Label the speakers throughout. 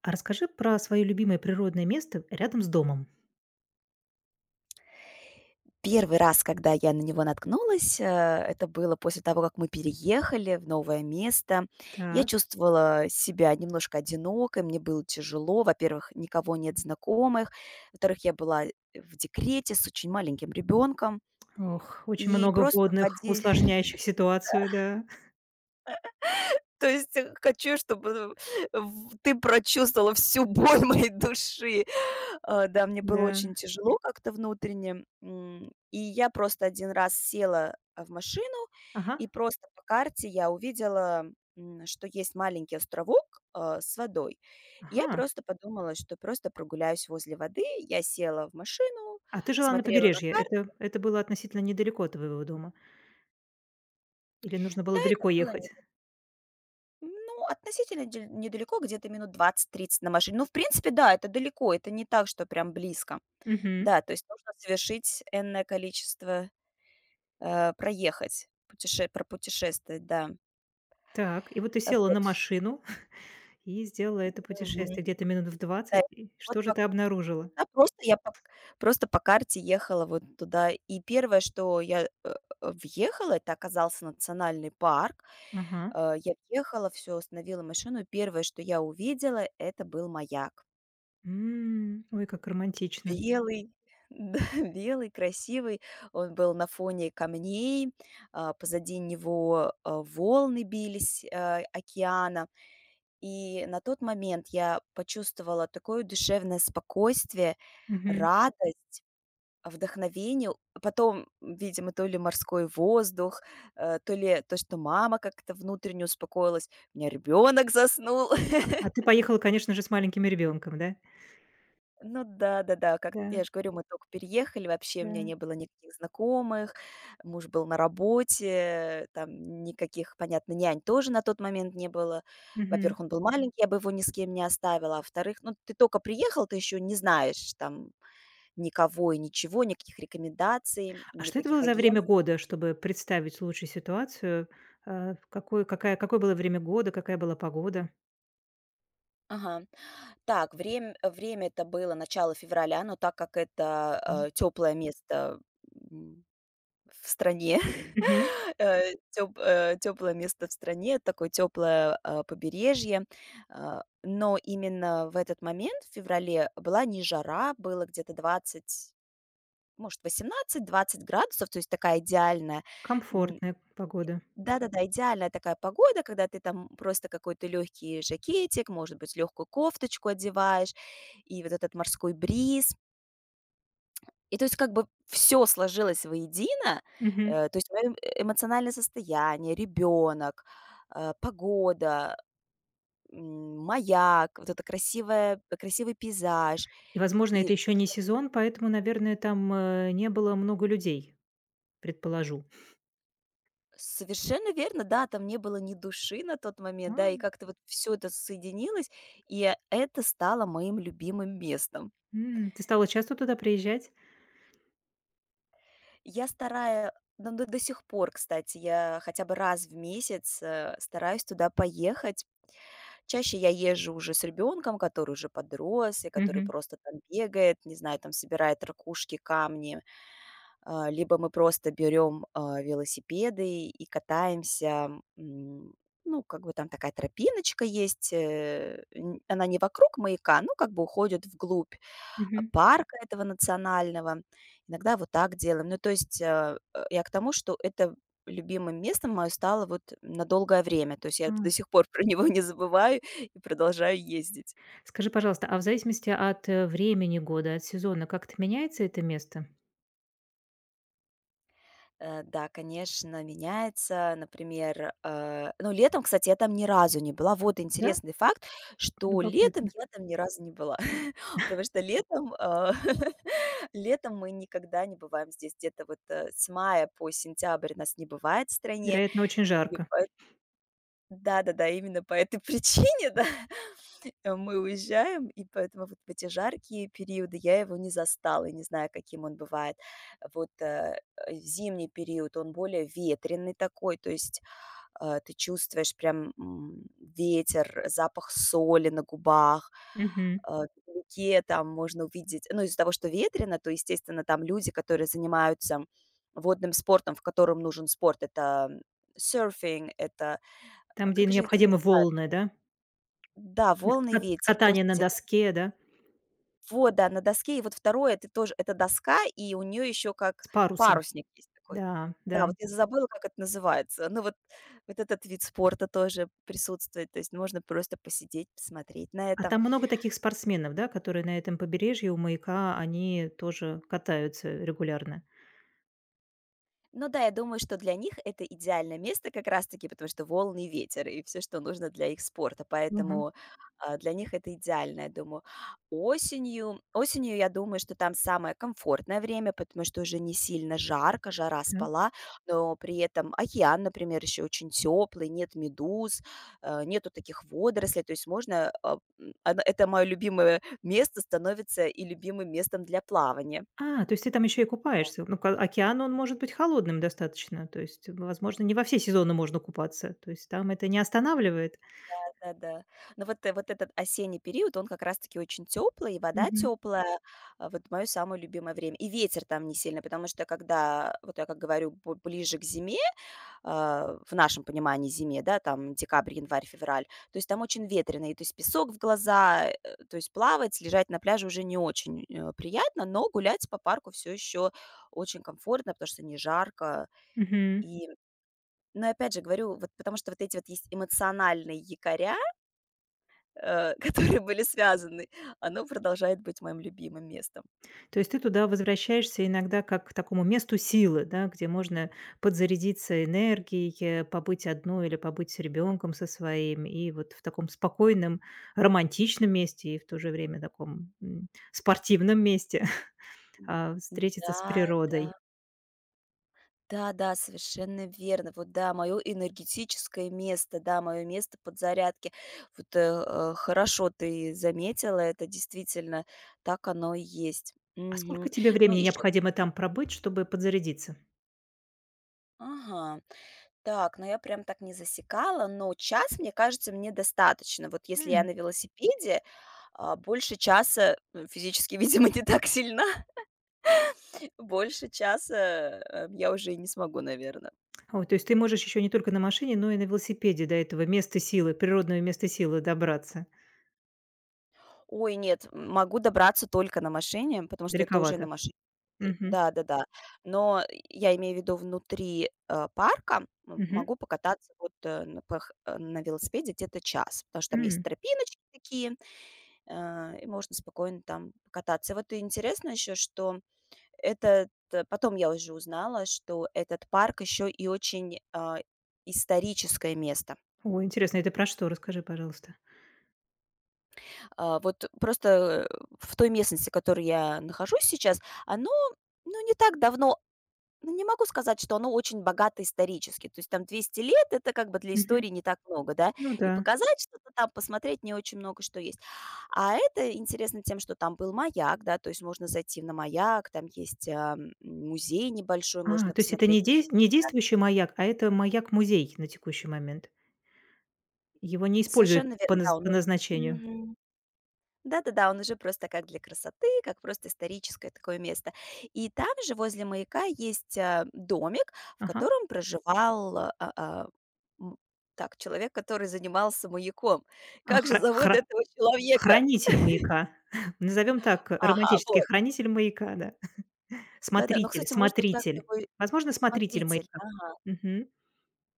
Speaker 1: А расскажи про свое любимое природное место рядом с домом.
Speaker 2: Первый раз, когда я на него наткнулась, это было после того, как мы переехали в новое место. Я
Speaker 1: Так.
Speaker 2: чувствовала себя немножко одинокой, мне было тяжело. Во-первых, никого нет знакомых. Во-вторых, я была в декрете с очень маленьким ребенком.
Speaker 1: Ох, очень
Speaker 2: И
Speaker 1: много
Speaker 2: просто в
Speaker 1: водных,
Speaker 2: оди
Speaker 1: усложняющих ситуацию, да,
Speaker 2: То есть, хочу, чтобы в ты прочувствовала всю боль моей души. А, да, мне было
Speaker 1: да.
Speaker 2: очень тяжело как-то внутренне. И я просто один раз села, в машину,
Speaker 1: Ага,
Speaker 2: и просто по карте я увидела, что есть маленький островок, с водой. Я
Speaker 1: ага.
Speaker 2: просто подумала, что просто прогуляюсь возле воды. Я села в машину,
Speaker 1: А ты жила на
Speaker 2: смотрела на
Speaker 1: побережье.
Speaker 2: карту.
Speaker 1: Это было относительно недалеко от твоего дома или нужно
Speaker 2: Да,
Speaker 1: было
Speaker 2: это
Speaker 1: далеко
Speaker 2: было не
Speaker 1: ехать?
Speaker 2: Ну, относительно дель недалеко, где-то минут 20–30 на машине. Ну, в принципе, да, это далеко, это не так, что прям близко.
Speaker 1: Угу.
Speaker 2: Да, то есть нужно совершить энное количество, проехать, путеше пропутешествовать, да.
Speaker 1: Так, и вот ты
Speaker 2: А,
Speaker 1: села
Speaker 2: вот.
Speaker 1: на машину и сделала это
Speaker 2: Мгм.
Speaker 1: путешествие где-то минут в
Speaker 2: Да,
Speaker 1: двадцать. И
Speaker 2: вот
Speaker 1: что же
Speaker 2: так.
Speaker 1: ты обнаружила?
Speaker 2: Да, просто я пок Просто по карте ехала вот туда. И первое, что я, въехала, это оказался национальный парк.
Speaker 1: Ага.
Speaker 2: Я въехала, все остановила машину. И первое, что я увидела, это был маяк.
Speaker 1: М, ой, как романтично.
Speaker 2: Белый, да, белый, красивый. Он был на фоне камней, позади него, волны бились, океана. И на тот момент я почувствовала такое душевное спокойствие,
Speaker 1: Мгм.
Speaker 2: радость, вдохновение. Потом, видимо, то ли морской воздух, то ли то, что мама как-то внутренне успокоилась, у меня ребенок заснул.
Speaker 1: А ты поехала, конечно же, с маленьким ребенком, да?
Speaker 2: Ну да-да-да, как я
Speaker 1: Да,
Speaker 2: же говорю, мы только переехали, вообще у меня
Speaker 1: да.
Speaker 2: не было никаких знакомых, муж был на работе, там никаких, понятно, нянь тоже на тот момент не было.
Speaker 1: Мгм.
Speaker 2: Во-первых, он был маленький, я бы его ни с кем не оставила, а во-вторых, ну, ты только приехал, ты еще не знаешь там никого и ничего, никаких рекомендаций,
Speaker 1: А что это
Speaker 2: никаких
Speaker 1: было за время
Speaker 2: агентств.
Speaker 1: года, чтобы представить лучше ситуацию? В какое было время года, какая была погода?
Speaker 2: Ага. Так, время это было начало февраля, но так как это,
Speaker 1: М.
Speaker 2: теплое место, в стране,
Speaker 1: Мгм.
Speaker 2: э, тёплое место в стране, такое тёплое, побережье. А, но именно в этот момент, в феврале, была не жара, было где-то 20 может, 18–20 градусов, то есть такая идеальная, м,
Speaker 1: Комфортная погода.
Speaker 2: да-да-да, идеальная такая погода, когда ты там просто какой-то легкий жакетик, может быть, легкую кофточку одеваешь, и вот этот морской бриз. И то есть как бы все сложилось воедино,
Speaker 1: Мгм.
Speaker 2: то есть моё эмоциональное состояние, ребенок, погода, маяк, вот это красивое красивый пейзаж.
Speaker 1: И, возможно, это
Speaker 2: И
Speaker 1: еще не сезон, поэтому, наверное, там, не было много людей, предположу.
Speaker 2: совершенно верно, да, там не было ни души на тот момент,
Speaker 1: А,
Speaker 2: да, и как-то вот все это соединилось, и это стало моим любимым местом.
Speaker 1: м, ты стала часто туда приезжать?
Speaker 2: Я старая Ну, до сих пор, кстати, я хотя бы раз в месяц, стараюсь туда поехать. Чаще я езжу уже с ребенком, который уже подрос, и который
Speaker 1: Мгм.
Speaker 2: просто там бегает, не знаю, там собирает ракушки, камни. Либо мы просто берем, велосипеды и катаемся. М, ну, как бы там такая тропиночка есть, э, н она не вокруг маяка, ну как бы уходит вглубь
Speaker 1: Мгм.
Speaker 2: парка этого национального. Иногда вот так делаем. Ну, то есть, я к тому, что это любимым местом мое стало вот на долгое время. То есть я до
Speaker 1: А.
Speaker 2: сих пор про него не забываю и продолжаю ездить.
Speaker 1: Скажи, пожалуйста, а в зависимости от, времени года, от сезона, как-то меняется это место?
Speaker 2: Да, конечно, меняется. Например, ну, летом, кстати, я там ни разу не была. Вот
Speaker 1: Да?
Speaker 2: интересный факт, что летом
Speaker 1: Любопытно.
Speaker 2: я там ни разу не была, потому что летом, летом мы никогда не бываем здесь. Где-то вот, с мая по сентябрь нас не бывает в стране.
Speaker 1: Вероятно, очень
Speaker 2: И
Speaker 1: жарко.
Speaker 2: поэт Да-да-да, именно по этой причине, да, мы уезжаем, и поэтому вот в эти жаркие периоды я его не застала, и не знаю, каким он бывает. Вот, в зимний период он более ветреный такой, то есть, ты чувствуешь прям, ветер, запах соли на губах,
Speaker 1: Мгм.
Speaker 2: э, вдалеке там можно увидеть ну, из-за того, что ветрено, то, естественно, там люди, которые занимаются водным спортом, в котором нужен спорт, это серфинг, это а
Speaker 1: Там, где
Speaker 2: как же это
Speaker 1: необходимы
Speaker 2: называют?
Speaker 1: волны, да?
Speaker 2: Да,
Speaker 1: М,
Speaker 2: «Волны ветер»,
Speaker 1: катание на
Speaker 2: господи. Как
Speaker 1: доске, да?
Speaker 2: вот, да, на доске. И вот второе, это тоже это доска, и у нее еще как
Speaker 1: С парусом.
Speaker 2: парусник есть такой.
Speaker 1: Да,
Speaker 2: Да,
Speaker 1: да.
Speaker 2: вот я забыла, как это называется. Ну вот вот этот вид спорта тоже присутствует. То есть можно просто посидеть, посмотреть на
Speaker 1: А
Speaker 2: это.
Speaker 1: там много таких спортсменов, да, которые на этом побережье у маяка, они тоже катаются регулярно.
Speaker 2: Ну да, я думаю, что для них это идеальное место как раз-таки, потому что волны и ветер, и все, что нужно для их спорта.
Speaker 1: Мгм.
Speaker 2: Поэтому, для них это идеально, я думаю. Осенью, я думаю, что там самое комфортное время, потому что уже не сильно жарко, жара
Speaker 1: Так.
Speaker 2: спала, но при этом океан, например, еще очень теплый, нет медуз, нету таких водорослей. То есть можно, оно это мое любимое место становится и любимым местом для плавания.
Speaker 1: А, то есть ты там еще и купаешься. Ну, ка океан, он может быть холодным достаточно. То есть, возможно, не во все сезоны можно купаться. То есть там это не останавливает.
Speaker 2: Да-да. Но вот, вот этот осенний период, он как раз таки очень теплый, и вода
Speaker 1: Мгм.
Speaker 2: теплая. А, вот мое самое любимое время. И ветер там не сильно, потому что когда, вот я как говорю, бу ближе к зиме, в нашем понимании зиме, да, там декабрь, январь, февраль, то есть там очень ветрено, и то есть песок в глаза, то есть плавать, лежать на пляже уже не очень, приятно, но гулять по парку все еще очень комфортно, потому что не жарко.
Speaker 1: Мгм.
Speaker 2: И, но опять же говорю, вот потому что вот эти вот есть эмоциональные якоря, э, которые были связаны, оно продолжает быть моим любимым местом.
Speaker 1: То есть ты туда возвращаешься иногда как к такому месту силы, да, где можно подзарядиться энергией, побыть одной или побыть с ребенком со своим, и вот в таком спокойном, романтичном месте, и в то же время таком спортивном месте встретиться с
Speaker 2: Да, да,
Speaker 1: природой.
Speaker 2: да-да, совершенно верно. Вот да, мое энергетическое место, да, мое место подзарядки. Вот, хорошо ты заметила это, действительно, так оно и есть.
Speaker 1: А
Speaker 2: Мгм.
Speaker 1: сколько тебе
Speaker 2: Ну,
Speaker 1: времени
Speaker 2: еще
Speaker 1: необходимо там пробыть, чтобы подзарядиться?
Speaker 2: Ага, так, но я прям так не засекала, но час, мне кажется, мне достаточно. Вот если я
Speaker 1: М.
Speaker 2: на велосипеде, больше часа, физически, видимо, не так сильно Больше часа, я уже и не смогу, наверное.
Speaker 1: О, то есть ты можешь еще не только на машине, но и на велосипеде до этого места силы, природного места силы добраться.
Speaker 2: Ой, нет, могу добраться только на машине, потому что это уже на
Speaker 1: Далековато.
Speaker 2: машине.
Speaker 1: Мгм.
Speaker 2: Да-да-да. Но я имею в виду внутри, парка
Speaker 1: Мгм.
Speaker 2: могу покататься вот, на велосипеде где-то час, потому что там есть
Speaker 1: М.
Speaker 2: тропиночки такие, и можно спокойно там покататься. И вот и интересно еще, что потом я уже узнала, что этот парк еще и очень, историческое место.
Speaker 1: Ой, интересно, это про что? Расскажи, пожалуйста.
Speaker 2: А, вот просто, в той местности, в которой я нахожусь сейчас, оно, ну, не так давно ну, не могу сказать, что оно очень богато исторически. То есть там 200 лет — это как бы для
Speaker 1: Мгм.
Speaker 2: истории не так много, да.
Speaker 1: Ну
Speaker 2: И
Speaker 1: да.
Speaker 2: показать что-то там, посмотреть не очень много что есть. А это интересно тем, что там был маяк, да, то есть можно зайти на маяк, там есть, музей небольшой,
Speaker 1: А,
Speaker 2: можно
Speaker 1: то есть это
Speaker 2: посмотреть.
Speaker 1: не действующий маяк, а это маяк-музей на текущий момент. Его не используют
Speaker 2: Совершенно верно, да, он
Speaker 1: по
Speaker 2: о
Speaker 1: назначению.
Speaker 2: Мгм. Да-да-да, он уже просто как для красоты, как просто историческое такое место. И там же возле маяка есть, домик, в
Speaker 1: Ага.
Speaker 2: котором проживал, м, так, человек, который занимался маяком.
Speaker 1: А,
Speaker 2: Как же зовут этого человека?
Speaker 1: хранитель маяка. Назовем так,
Speaker 2: Ага,
Speaker 1: романтический
Speaker 2: вот.
Speaker 1: хранитель маяка, да.
Speaker 2: Да-да, ну,
Speaker 1: Смотритель
Speaker 2: кстати, может быть, так
Speaker 1: смотритель.
Speaker 2: его и
Speaker 1: Возможно, смотритель
Speaker 2: смотритель.
Speaker 1: маяка.
Speaker 2: Ага,
Speaker 1: Мгм.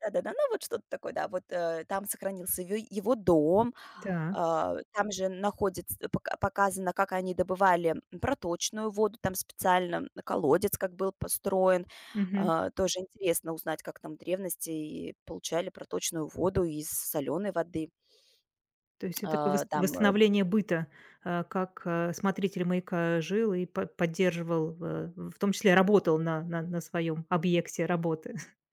Speaker 2: да-да-да, ну, вот что-то такое, да. Вот, там сохранился его дом.
Speaker 1: Так.
Speaker 2: Там же находится показано, как они добывали проточную воду, там специально колодец как был построен.
Speaker 1: Мгм.
Speaker 2: Тоже интересно узнать, как там в древности и получали проточную воду из соленой воды.
Speaker 1: То есть это такое
Speaker 2: А, там, э,
Speaker 1: восстановление быта, как, смотритель маяка жил и по поддерживал, в том числе работал на своем объекте работы.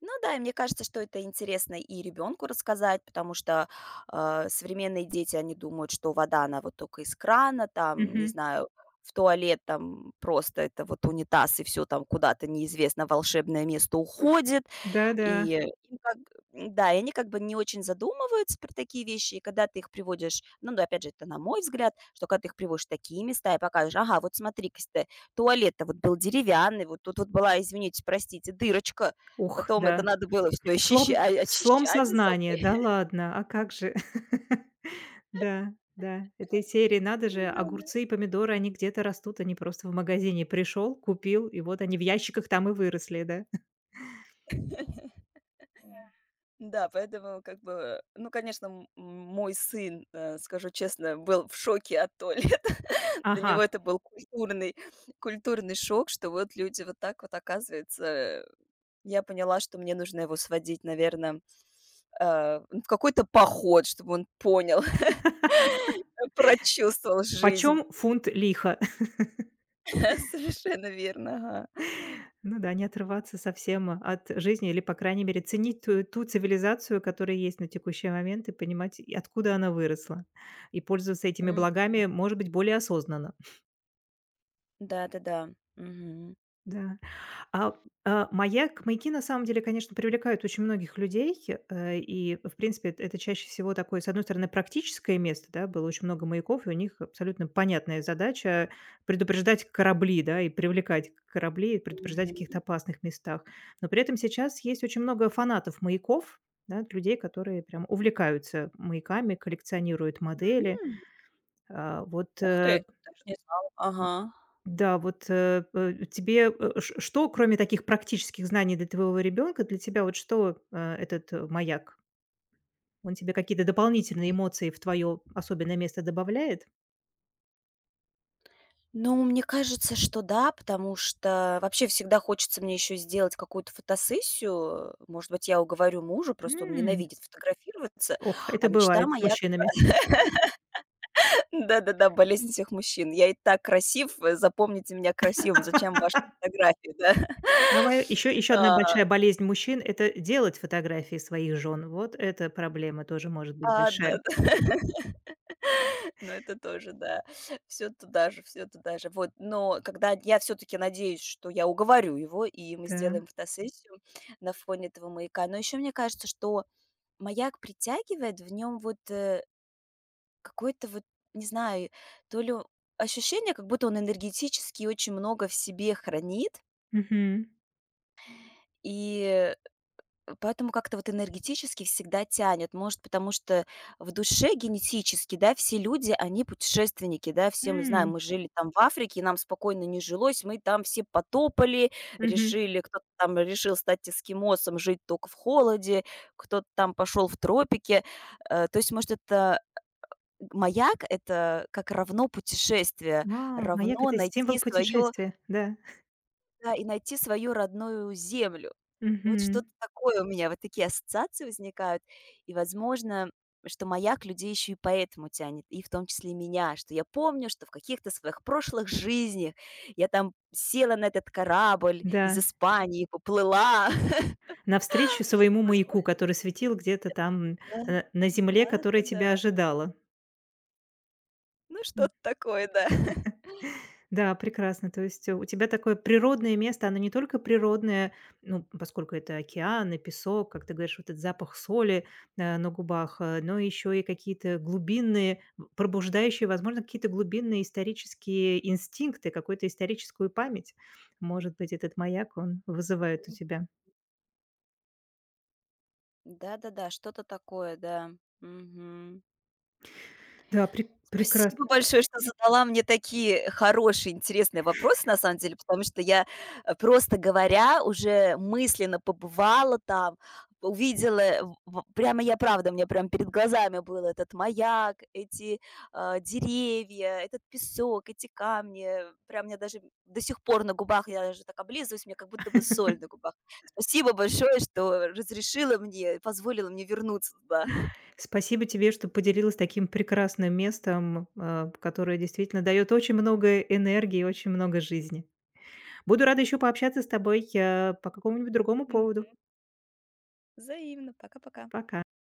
Speaker 2: ну да, и мне кажется, что это интересно и ребенку рассказать, потому что, современные дети, они думают, что вода, она вот только из крана, там, не
Speaker 1: Мгм.
Speaker 2: знаю, в туалет, там просто это вот унитаз и все там куда-то неизвестно волшебное место уходит.
Speaker 1: Да-да.
Speaker 2: И им как Да, и они как бы не очень задумываются про такие вещи. И когда ты их приводишь, ну, да, опять же, это на мой взгляд, что когда ты их приводишь в такие места и показываешь: «Ага, вот смотри-ка, сте туалет-то вот был деревянный, вот тут вот была, извините, простите, дырочка».
Speaker 1: Ух,
Speaker 2: Потом это
Speaker 1: да.
Speaker 2: надо было все
Speaker 1: Слом
Speaker 2: очищать за
Speaker 1: сознания.
Speaker 2: собой.
Speaker 1: Да ладно, а как же? Да, да. Это серии: надо же,
Speaker 2: Да-да.
Speaker 1: огурцы и помидоры, они где-то растут, они просто в магазине пришел, купил, и вот они в ящиках там и выросли, да?
Speaker 2: Да, поэтому как бы, ну, конечно, мой сын, скажу честно, был в шоке от туалета. Для
Speaker 1: Ага.
Speaker 2: него это был культурный шок, что вот люди вот так вот, оказывается. Я поняла, что мне нужно его сводить, наверное, в какой-то поход, чтобы он понял, прочувствовал
Speaker 1: Почем
Speaker 2: жизнь.
Speaker 1: фунт лиха?
Speaker 2: Совершенно верно, ага.
Speaker 1: Ну да, не отрываться совсем от жизни или, по крайней мере, ценить ту, ту цивилизацию, которая есть на текущий момент, и понимать, и откуда она выросла, и пользоваться этими
Speaker 2: М.
Speaker 1: благами, может быть, более осознанно.
Speaker 2: Да-да-да. Мгм.
Speaker 1: Да. А, маяк маяки, на самом деле, конечно, привлекают очень многих людей, и, в принципе, эт это чаще всего такое, с одной стороны, практическое место, да. Было очень много маяков, и у них абсолютно понятная задача предупреждать корабли, да, и привлекать корабли, и предупреждать о каких-то
Speaker 2: Мгм.
Speaker 1: опасных местах. Но при этом сейчас есть очень много фанатов маяков, да, людей, которые прям увлекаются маяками, коллекционируют модели.
Speaker 2: М.
Speaker 1: А, вот,
Speaker 2: Ух
Speaker 1: э,
Speaker 2: ты, даже не знала. Ага.
Speaker 1: да, вот, э, п Тебе, э, ш что, кроме таких практических знаний для твоего ребенка, для тебя вот что, этот, маяк? Он тебе какие-то дополнительные
Speaker 2: М.
Speaker 1: эмоции в твое особенное место добавляет?
Speaker 2: Ну, мне кажется, что да, потому что вообще всегда хочется мне еще сделать какую-то фотосессию. Может быть, я уговорю мужа, просто он
Speaker 1: М.
Speaker 2: ненавидит фотографироваться,
Speaker 1: Ох,
Speaker 2: а
Speaker 1: это
Speaker 2: мечта
Speaker 1: бывает с
Speaker 2: моя
Speaker 1: мужчинами.
Speaker 2: да-да-да, болезнь всех мужчин. Я и так красив, запомните меня красивым, зачем ваши фотографии, да?
Speaker 1: А еще одна
Speaker 2: А,
Speaker 1: большая болезнь мужчин — это делать фотографии своих жен. Вот эта проблема тоже может быть большая.
Speaker 2: да-да. Ну, это тоже, да. Все туда же, все туда же. Вот, но когда я все таки надеюсь, что я уговорю его, и мы
Speaker 1: Да.
Speaker 2: сделаем фотосессию на фоне этого маяка. Но еще мне кажется, что маяк притягивает в нем вот, какой-то вот, не знаю, то ли ощущение, как будто он энергетически очень много в себе хранит,
Speaker 1: Мгм.
Speaker 2: и поэтому как-то вот энергетически всегда тянет. Может, потому что в душе генетически, да, все люди, они путешественники, да, все мы знаем,
Speaker 1: М.
Speaker 2: мы жили там в Африке, и нам спокойно не жилось, мы там все потопали,
Speaker 1: Мгм.
Speaker 2: решили, кто-то там решил стать эскимосом, жить только в холоде, кто-то там пошел в тропики. То есть, может, это маяк – это как равно путешествие,
Speaker 1: А, маяк —
Speaker 2: равно
Speaker 1: это символ
Speaker 2: найти свое,
Speaker 1: путешествия, да.
Speaker 2: да, и найти свою родную землю. Вот
Speaker 1: Мгм.
Speaker 2: что-то такое у меня, вот такие ассоциации возникают. И, возможно, что маяк людей еще и поэтому тянет, и в том числе и меня, что я помню, что в каких-то своих прошлых жизнях я там села на этот корабль из
Speaker 1: Да.
Speaker 2: Испании, поплыла.
Speaker 1: Навстречу своему
Speaker 2: Возможно,
Speaker 1: маяку, который светил где-то там,
Speaker 2: да.
Speaker 1: на земле, которая
Speaker 2: Да-да-да.
Speaker 1: тебя ожидала.
Speaker 2: Ну,
Speaker 1: М,
Speaker 2: что-то такое, да.
Speaker 1: да, прекрасно. То есть, у тебя такое природное место, оно не только природное, ну, поскольку это океан и песок, как ты говоришь, вот этот запах соли, на губах, но еще и какие-то глубинные, в пробуждающие, возможно, какие-то глубинные исторические инстинкты, какую-то историческую память. Может быть, этот маяк, он вызывает у
Speaker 2: М,
Speaker 1: тебя.
Speaker 2: да-да-да, что-то такое, да. Мгм.
Speaker 1: Да, прекрасно.
Speaker 2: Спасибо большое, что задала мне такие хорошие, интересные вопросы, на самом деле, потому что я, просто говоря, уже мысленно побывала там, увидела, э, в прямо я, правда, у меня прям перед глазами был этот маяк, эти, деревья, этот песок, эти камни. Прям мне даже до сих пор на губах, я даже так облизываюсь, мне как будто бы соль на губах. Спасибо большое, что разрешила мне, позволила мне вернуться туда.
Speaker 1: Спасибо тебе, что поделилась таким прекрасным местом, которое действительно дает очень много энергии и очень много жизни. Буду рада еще пообщаться с тобой, по какому-нибудь другому поводу.
Speaker 2: Пока-пока.
Speaker 1: Пока.